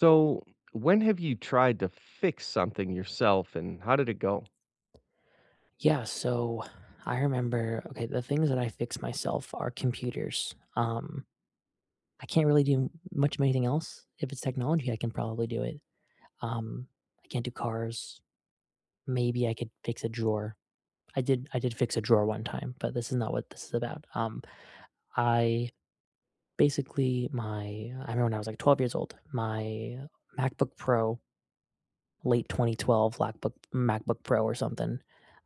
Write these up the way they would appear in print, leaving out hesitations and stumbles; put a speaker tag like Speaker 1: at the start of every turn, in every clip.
Speaker 1: So, when have you tried to fix something yourself and how did it go?
Speaker 2: Yeah, so I remember okay, the things that I fix myself are computers. I can't really do much of anything else. If it's technology, I can probably do it. Um, I can't do cars. Maybe I could fix a drawer. I did fix a drawer one time, but this is not what this is about. I basically my I remember when I was like 12 years old, my MacBook Pro, late 2012 MacBook Pro or something,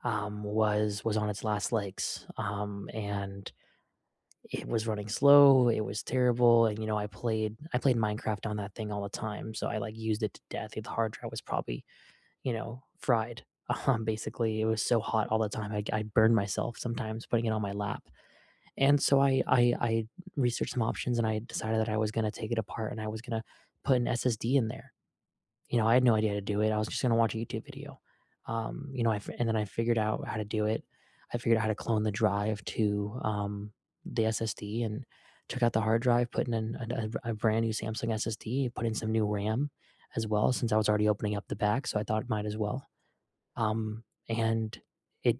Speaker 2: was on its last legs. And it was running slow, it was terrible, and, you know, I played Minecraft on that thing all the time, so I, like, used it to death. The hard drive was probably, you know, fried. Basically, it was so hot all the time, I burned myself sometimes putting it on my lap, and so I researched some options, and I decided that I was gonna take it apart, and I was gonna put an SSD in there. You know, I had no idea how to do it. I was just gonna watch a YouTube video. You know, I f and then I figured out how to do it. I figured out how to clone the drive to, the SSD, and took out the hard drive, put in an a brand new Samsung SSD, put in some new RAM as well since I was already opening up the back, so I thought it might as well. And it,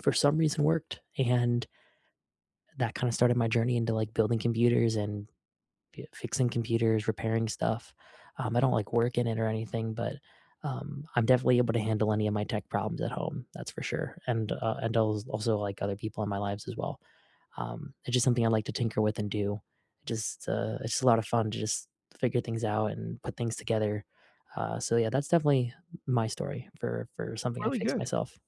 Speaker 2: for some reason, worked, and that kinda started my journey into, like, building computers and fixing computers, repairing stuff. I don't like work in it or anything, but I'm definitely able to handle any of my tech problems at home. That's for sure, and also like other people in my lives as well. It's just something I like to tinker with and do. It just it's just a lot of fun to just figure things out and put things together. So yeah, that's definitely my story for something I
Speaker 1: Really
Speaker 2: fixed
Speaker 1: good.
Speaker 2: myself.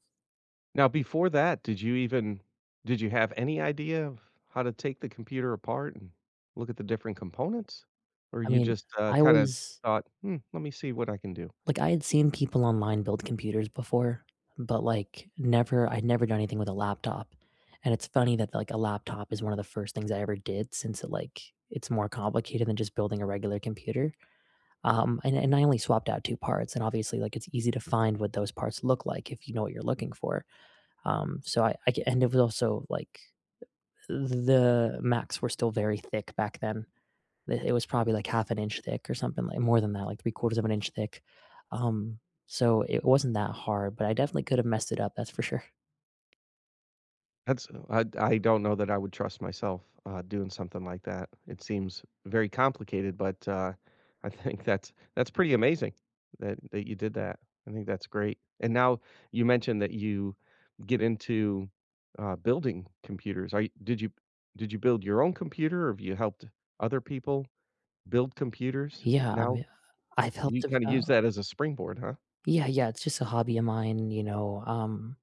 Speaker 1: Now, before that, did you even did you have any idea of how to take the computer apart and look at the different components? Or
Speaker 2: I
Speaker 1: you
Speaker 2: mean,
Speaker 1: just
Speaker 2: I
Speaker 1: kind of
Speaker 2: was
Speaker 1: thought, hmm, let me see what I can do?
Speaker 2: Like, I had seen people online build computers before, but, like, never I'd never done anything with a laptop, and it's funny that, like, a laptop is one of the first things I ever did, since it, like, it's more complicated than just building a regular computer. And I only swapped out 2 parts, and obviously, like, it's easy to find what those parts look like if you know what you're looking for. And it was also, like, the Macs were still very thick back then. It was probably like half an inch thick or something, like more than that, like 3 quarters of an inch thick. Um, so it wasn't that hard, but I definitely could have messed it up, that's for sure.
Speaker 1: That's I don't know that I would trust myself, doing something like that. It seems very complicated, but, I think that's pretty amazing that you did that. I think that's great. And now you mentioned that you get into, building computers. Are you did you did you build your own computer or have you helped other people build computers?
Speaker 2: Yeah, I
Speaker 1: Now
Speaker 2: mean, I've helped
Speaker 1: you kinda use
Speaker 2: about
Speaker 1: that as a springboard, huh?
Speaker 2: Yeah, yeah, it's just a hobby of mine, you know.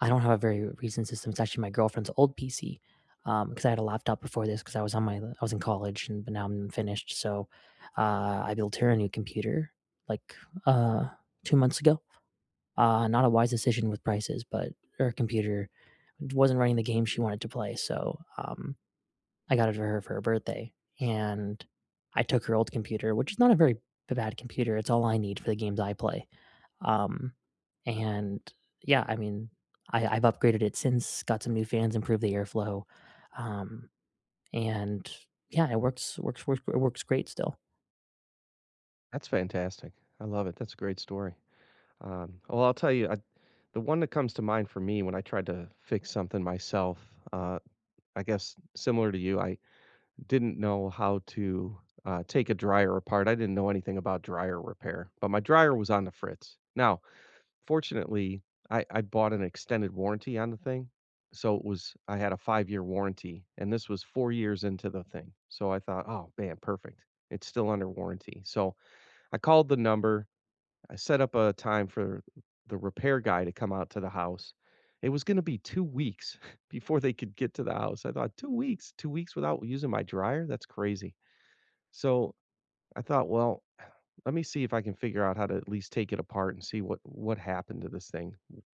Speaker 2: I don't have a very recent system, it's actually my girlfriend's old PC, because I had a laptop before this because I was in college, and but now I'm finished. So, I built her a new computer, like, uh, 2 months ago. Not a wise decision with prices, but her computer wasn't running the game she wanted to play, so, I got it for her birthday, and I took her old computer, which is not a very b bad computer, it's all I need for the games I play. um, and, yeah, I mean, I've upgraded it since, got some new fans, improved the airflow, um, and, yeah, it works it works great still.
Speaker 1: That's fantastic. I love it. That's a great story. Well, I'll tell you, the one that comes to mind for me when I tried to fix something myself, uh, I guess similar to you, I didn't know how to take a dryer apart. I didn't know anything about dryer repair, but my dryer was on the fritz. Now, fortunately, I bought an extended warranty on the thing. So it was, I had a 5 year warranty, and this was 4 years into the thing. So I thought, oh man, perfect. It's still under warranty. So I called the number, I set up a time for the repair guy to come out to the house. It was gonna be 2 weeks before they could get to the house. I thought, "2 weeks? 2 weeks without using my dryer? That's crazy." So, I thought, "Well, let me see if I can figure out how to at least take it apart and see what happened to this thing.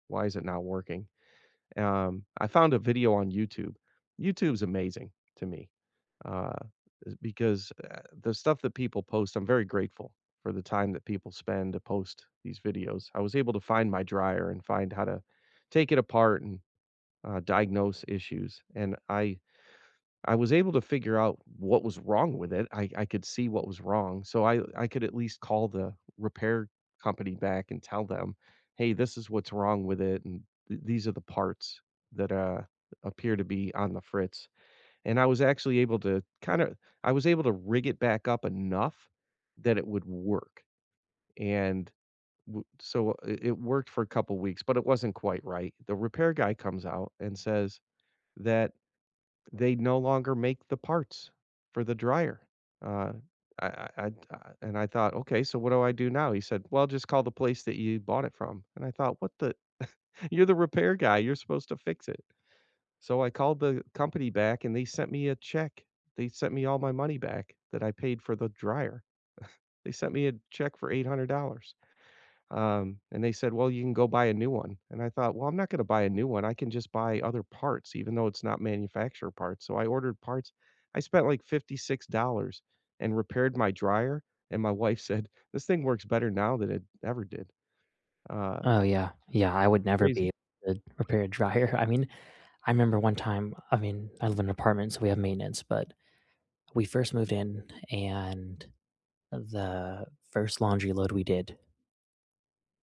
Speaker 1: Why is it not working?" I found a video on YouTube. YouTube's amazing to me, Uh because, the stuff that people post, I'm very grateful for the time that people spend to post these videos. I was able to find my dryer and find how to take it apart and, diagnose issues, and I was able to figure out what was wrong with it. I could see what was wrong, so I could at least call the repair company back and tell them, "Hey, this is what's wrong with it, and th these are the parts that, appear to be on the fritz." And I was actually able to rig it back up enough that it would work, and w so I it worked for a couple weeks, but it wasn't quite right. The repair guy comes out and says that they no longer make the parts for the dryer. Uh, I and I thought, "Okay, so what do I do now?" He said, "Well, just call the place that you bought it from." And I thought, "What the you're the repair guy, you're supposed to fix it." So I called the company back and they sent me a check. They sent me all my money back that I paid for the dryer. They sent me a check for $800. And they said, "Well, you can go buy a new one." And I thought, "Well, I'm not gonna buy a new one. I can just buy other parts, even though it's not manufacturer parts." So I ordered parts. I spent like $56 and repaired my dryer. And my wife said, "This thing works better now than it ever did. Uh,
Speaker 2: Oh, yeah. Yeah, I would never
Speaker 1: crazy."
Speaker 2: be able to repair a dryer. I mean, I remember one time, I mean, I live in an apartment, so we have maintenance, but we first moved in and the first laundry load we did,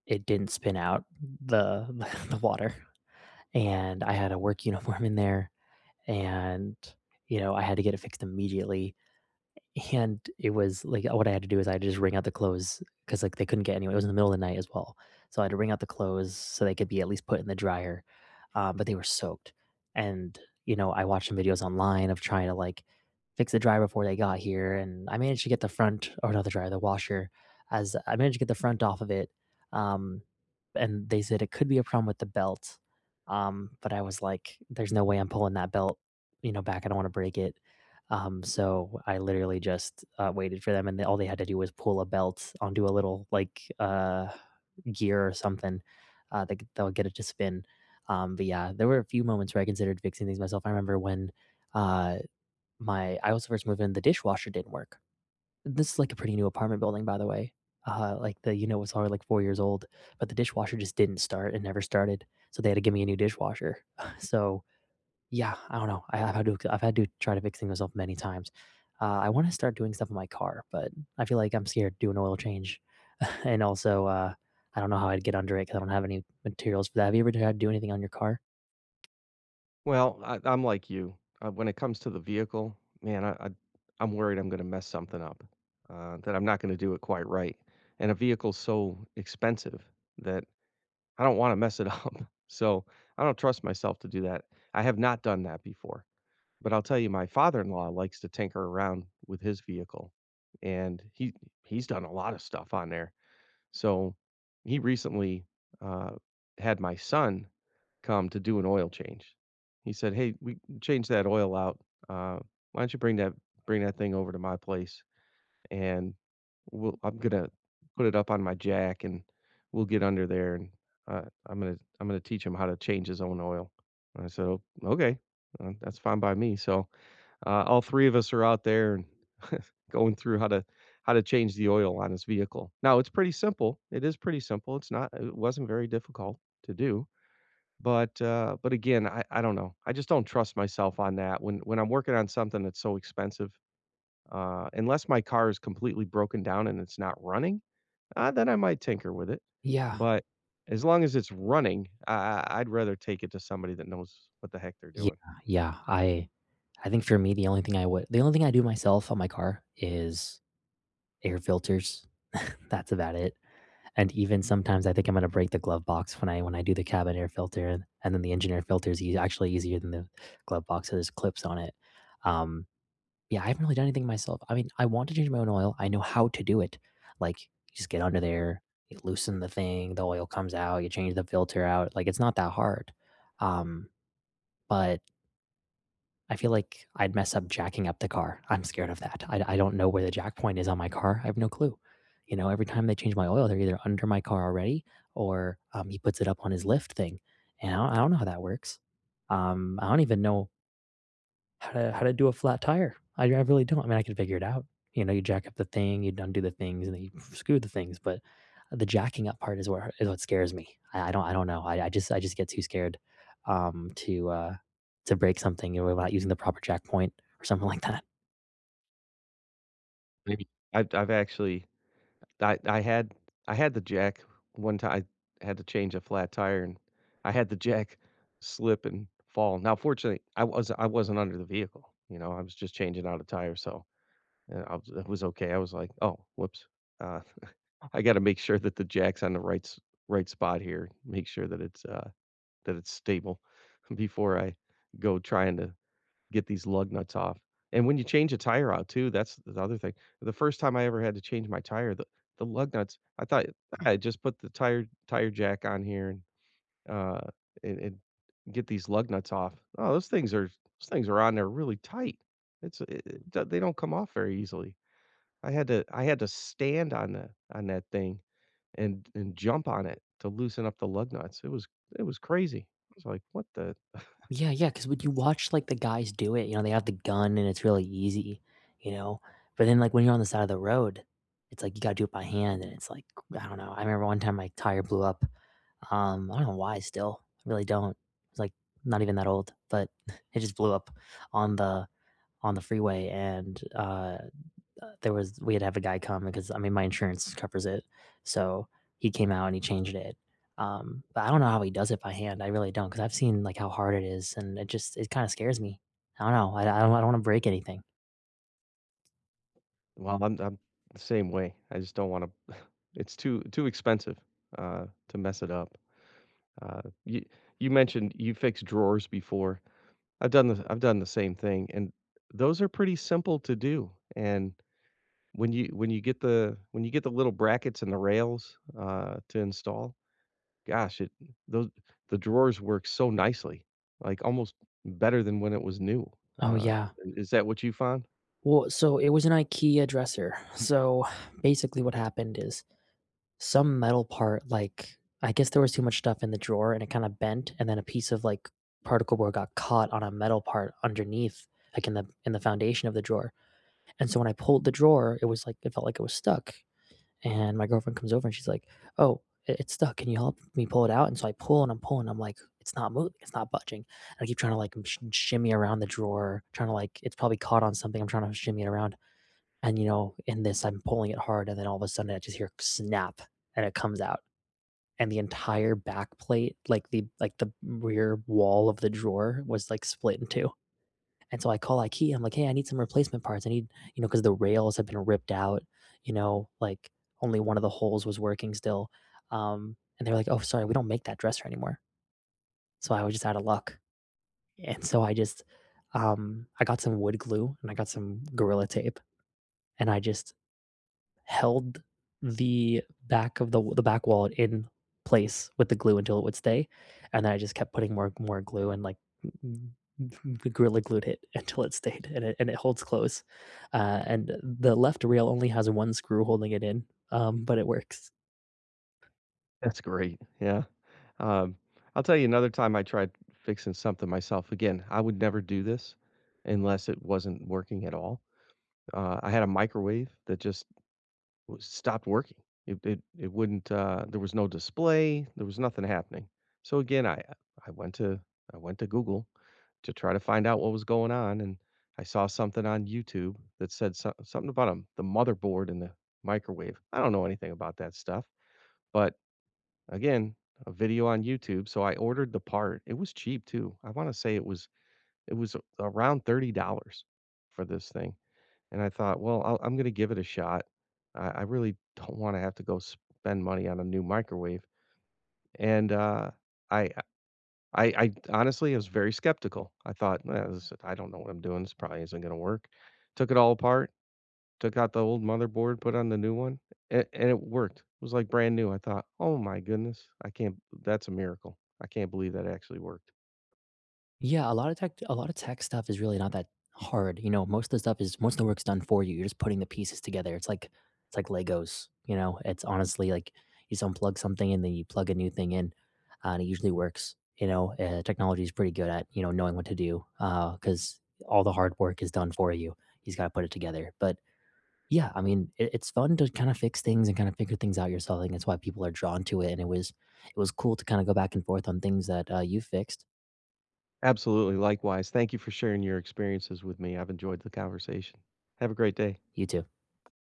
Speaker 2: it didn't spin out the the water. And I had a work uniform in there, and you know, I had to get it fixed immediately. And it was like what I had to do is I had to just wring out the clothes because, like, they couldn't get anyone, it was in the middle of the night as well. So I had to wring out the clothes so they could be at least put in the dryer, but they were soaked. And, you know, I watched some videos online of trying to, like, fix the dryer before they got here, and I managed to get the front, or not the dryer, the washer, as I managed to get the front off of it. um, and they said it could be a problem with the belt. But I was like, "There's no way I'm pulling that belt, you know, back. I don't wanna break it." So I literally just, waited for them, and they, all they had to do was pull a belt onto a little, like, gear or something, they'll get it to spin. But yeah, there were a few moments where I considered fixing things myself. I remember when, uh, my I was first moved in, the dishwasher didn't work. This is, like, a pretty new apartment building, by the way. Like, the unit was already, like, 4 years old, but the dishwasher just didn't start and never started, so they had to give me a new dishwasher. So, yeah, I don't know. I've had to try to fix things myself many times. I wanna start doing stuff in my car, but I feel like I'm scared to do an oil change, and also, I don't know how I'd get under it because I don't have any materials for that. Have you ever tried to do anything on your car?
Speaker 1: Well, I I'm like you. When it comes to the vehicle, man, I I'm worried I'm gonna mess something up, that I'm not gonna do it quite right, and a vehicle's so expensive that I don't wanna mess it up, so I don't trust myself to do that. I have not done that before, but I'll tell you, my father-in-law likes to tinker around with his vehicle, and he's done a lot of stuff on there. So, he recently, uh, had my son come to do an oil change. He said, "Hey, we changed that oil out. Uh, why don't you bring that thing over to my place and we'll I'm gonna put it up on my jack and we'll get under there and I'm gonna teach him how to change his own oil." And I said, "Oh, okay, that's fine by me." So all three of us are out there and going through how to change the oil on his vehicle. Now it's pretty simple. It is pretty simple. It's not. It wasn't very difficult to do, but again, I don't know. I just don't trust myself on that when I'm working on something that's so expensive, unless my car is completely broken down and it's not running, then I might tinker with it.
Speaker 2: Yeah.
Speaker 1: But as long as it's running, I'd rather take it to somebody that knows what the heck they're
Speaker 2: Yeah,
Speaker 1: doing.
Speaker 2: yeah. I think for me, the only thing I do myself on my car is air filters. That's about it. And even sometimes I think I'm gonna break the glove box when I do the cabin air filter, and then the engine air filter is ea actually easier than the glove box, so there's clips on it. Um, yeah, I haven't really done anything myself. I mean, I want to change my own oil, I know how to do it. Like, you just get under there, you loosen the thing, the oil comes out, you change the filter out, like, it's not that hard. Um, but I feel like I'd mess up jacking up the car. I'm scared of that. I don't know where the jack point is on my car. I have no clue. You know, every time they change my oil, they're either under my car already, or he puts it up on his lift thing. And I don't know how that works. I don't even know how to do a flat tire. I really don't. I mean, I could figure it out. You know, you jack up the thing, you undo the things, and then you screw the things. But the jacking up part is what scares me. I, I don't know. I, I just get too scared um, to uh, to break something, you know, without using the proper jack point or something like that.
Speaker 1: Maybe I've actually I I had I had the jack one time. I had to change a flat tire, and I had the jack slip and fall. Now, fortunately, I wasn't under the vehicle, you know, I was just changing out a tire, so, I was it was okay. I was like, "Oh, whoops. Uh, I gotta make sure that the jack's on the right spot here, make sure that it's stable before I go trying to get these lug nuts off." And when you change a tire out too, that's the other thing. The first time I ever had to change my tire, the lug nuts, I thought I just put the tire jack on here and uh and get these lug nuts off. Oh, those things are on there really tight. It's it, it do- They don't come off very easily. I had to stand on the on that thing and jump on it to loosen up the lug nuts. It was crazy. I was like, what the,
Speaker 2: Yeah, yeah, because when you watch, like, the guys do it, you know, they have the gun and it's really easy, you know? But then, like, when you're on the side of the road, it's like you gotta do it by hand and it's like, I don't know, I remember one time my tire blew up, I don't know why still, I really don't, it's, like, not even that old, but it just blew up on the on the freeway and, there was, we had to have a guy come because, I mean, my insurance covers it, so he came out and he changed it. But I don't know how he does it by hand, I really do not, because 'cause I've seen, like, how hard it is, and it just it kinda scares me. I don't know, I don't wanna break anything.
Speaker 1: well, I'm the same way. I just don't wanna it's too expensive, to mess it up. You you mentioned you fixed drawers before. I've done the same thing, and those are pretty simple to do, and when you get the little brackets and the rails, to install, gosh, it those the drawers work so nicely, like, almost better than when it was new.
Speaker 2: Oh,
Speaker 1: Uh,
Speaker 2: yeah.
Speaker 1: is that what you found?
Speaker 2: Well, so it was an IKEA dresser. So, basically what happened is some metal part, like, I guess there was too much stuff in the drawer and it kinda bent, and then a piece of, like, particle board got caught on a metal part underneath, like, in the foundation of the drawer. And so when I pulled the drawer, it was like it felt like it was stuck. And my girlfriend comes over and she's like, "Oh, it, it's stuck. Can you help me pull it out?" And so I pull and I'm pulling. I'm like, "It's not moving. It's not budging." And I keep trying to like shimmy around the drawer, trying to like it's probably caught on something. I'm trying to shimmy it around. And you know, in this, I'm pulling it hard, and then all of a sudden, I just hear snap, and it comes out. And the entire back plate, like the rear wall of the drawer, was like split in two. And so I call IKEA. I'm like, "Hey, I need some replacement parts. I need," you know, because the rails have been ripped out, you know, like, only one of the holes was working still. And they were like, "Oh, sorry, we don't make that dresser anymore." So I was just out of luck. And so I just, I got some wood glue and I got some Gorilla Tape, and I just held the back of the back wallet in place with the glue until it would stay, and then I just kept putting more glue and like gorilla glued it until it stayed and it holds close. And the left rail only has one screw holding it in, but it works.
Speaker 1: That's great, yeah. Um, I'll tell you another time I tried fixing something myself. Again, I would never do this unless it wasn't working at all. I had a microwave that just w stopped working. It wouldn't, there was no display, there was nothing happening. So again, I went to I went to Google to try to find out what was going on, and I saw something on YouTube that said something about, 'em, the motherboard and the microwave. I don't know anything about that stuff, but again, a video on YouTube, so I ordered the part. It was cheap too. I wanna say it was a around $30 for this thing, and I thought, "Well, I'm gonna give it a shot. I really don't wanna have to go spend money on a new microwave," and, I I honestly, I was very skeptical. I thought, "Nah, this, I don't know what I'm doing. This probably isn't gonna work." Took it all apart, took out the old motherboard, put on the new one, and it worked. It was, like, brand new. I thought, "Oh my goodness. I can't That's a miracle. I can't believe that actually worked."
Speaker 2: Yeah, a lot of tech stuff is really not that hard, you know, most of the work's done for you, you're just putting the pieces together, it's like Legos, you know, it's honestly like you just unplug something and then you plug a new thing in, and it usually works, you know, technology is pretty good at, you know, knowing what to do, because all the hard work is done for you, you just gotta put it together, but yeah, I mean, it, it's fun to kinda fix things and kinda figure things out yourself, I think that's why people are drawn to it, and it was cool to kinda go back and forth on things that, you fixed.
Speaker 1: Absolutely, likewise. Thank you for sharing your experiences with me. I've enjoyed the conversation. Have a great day.
Speaker 2: You too.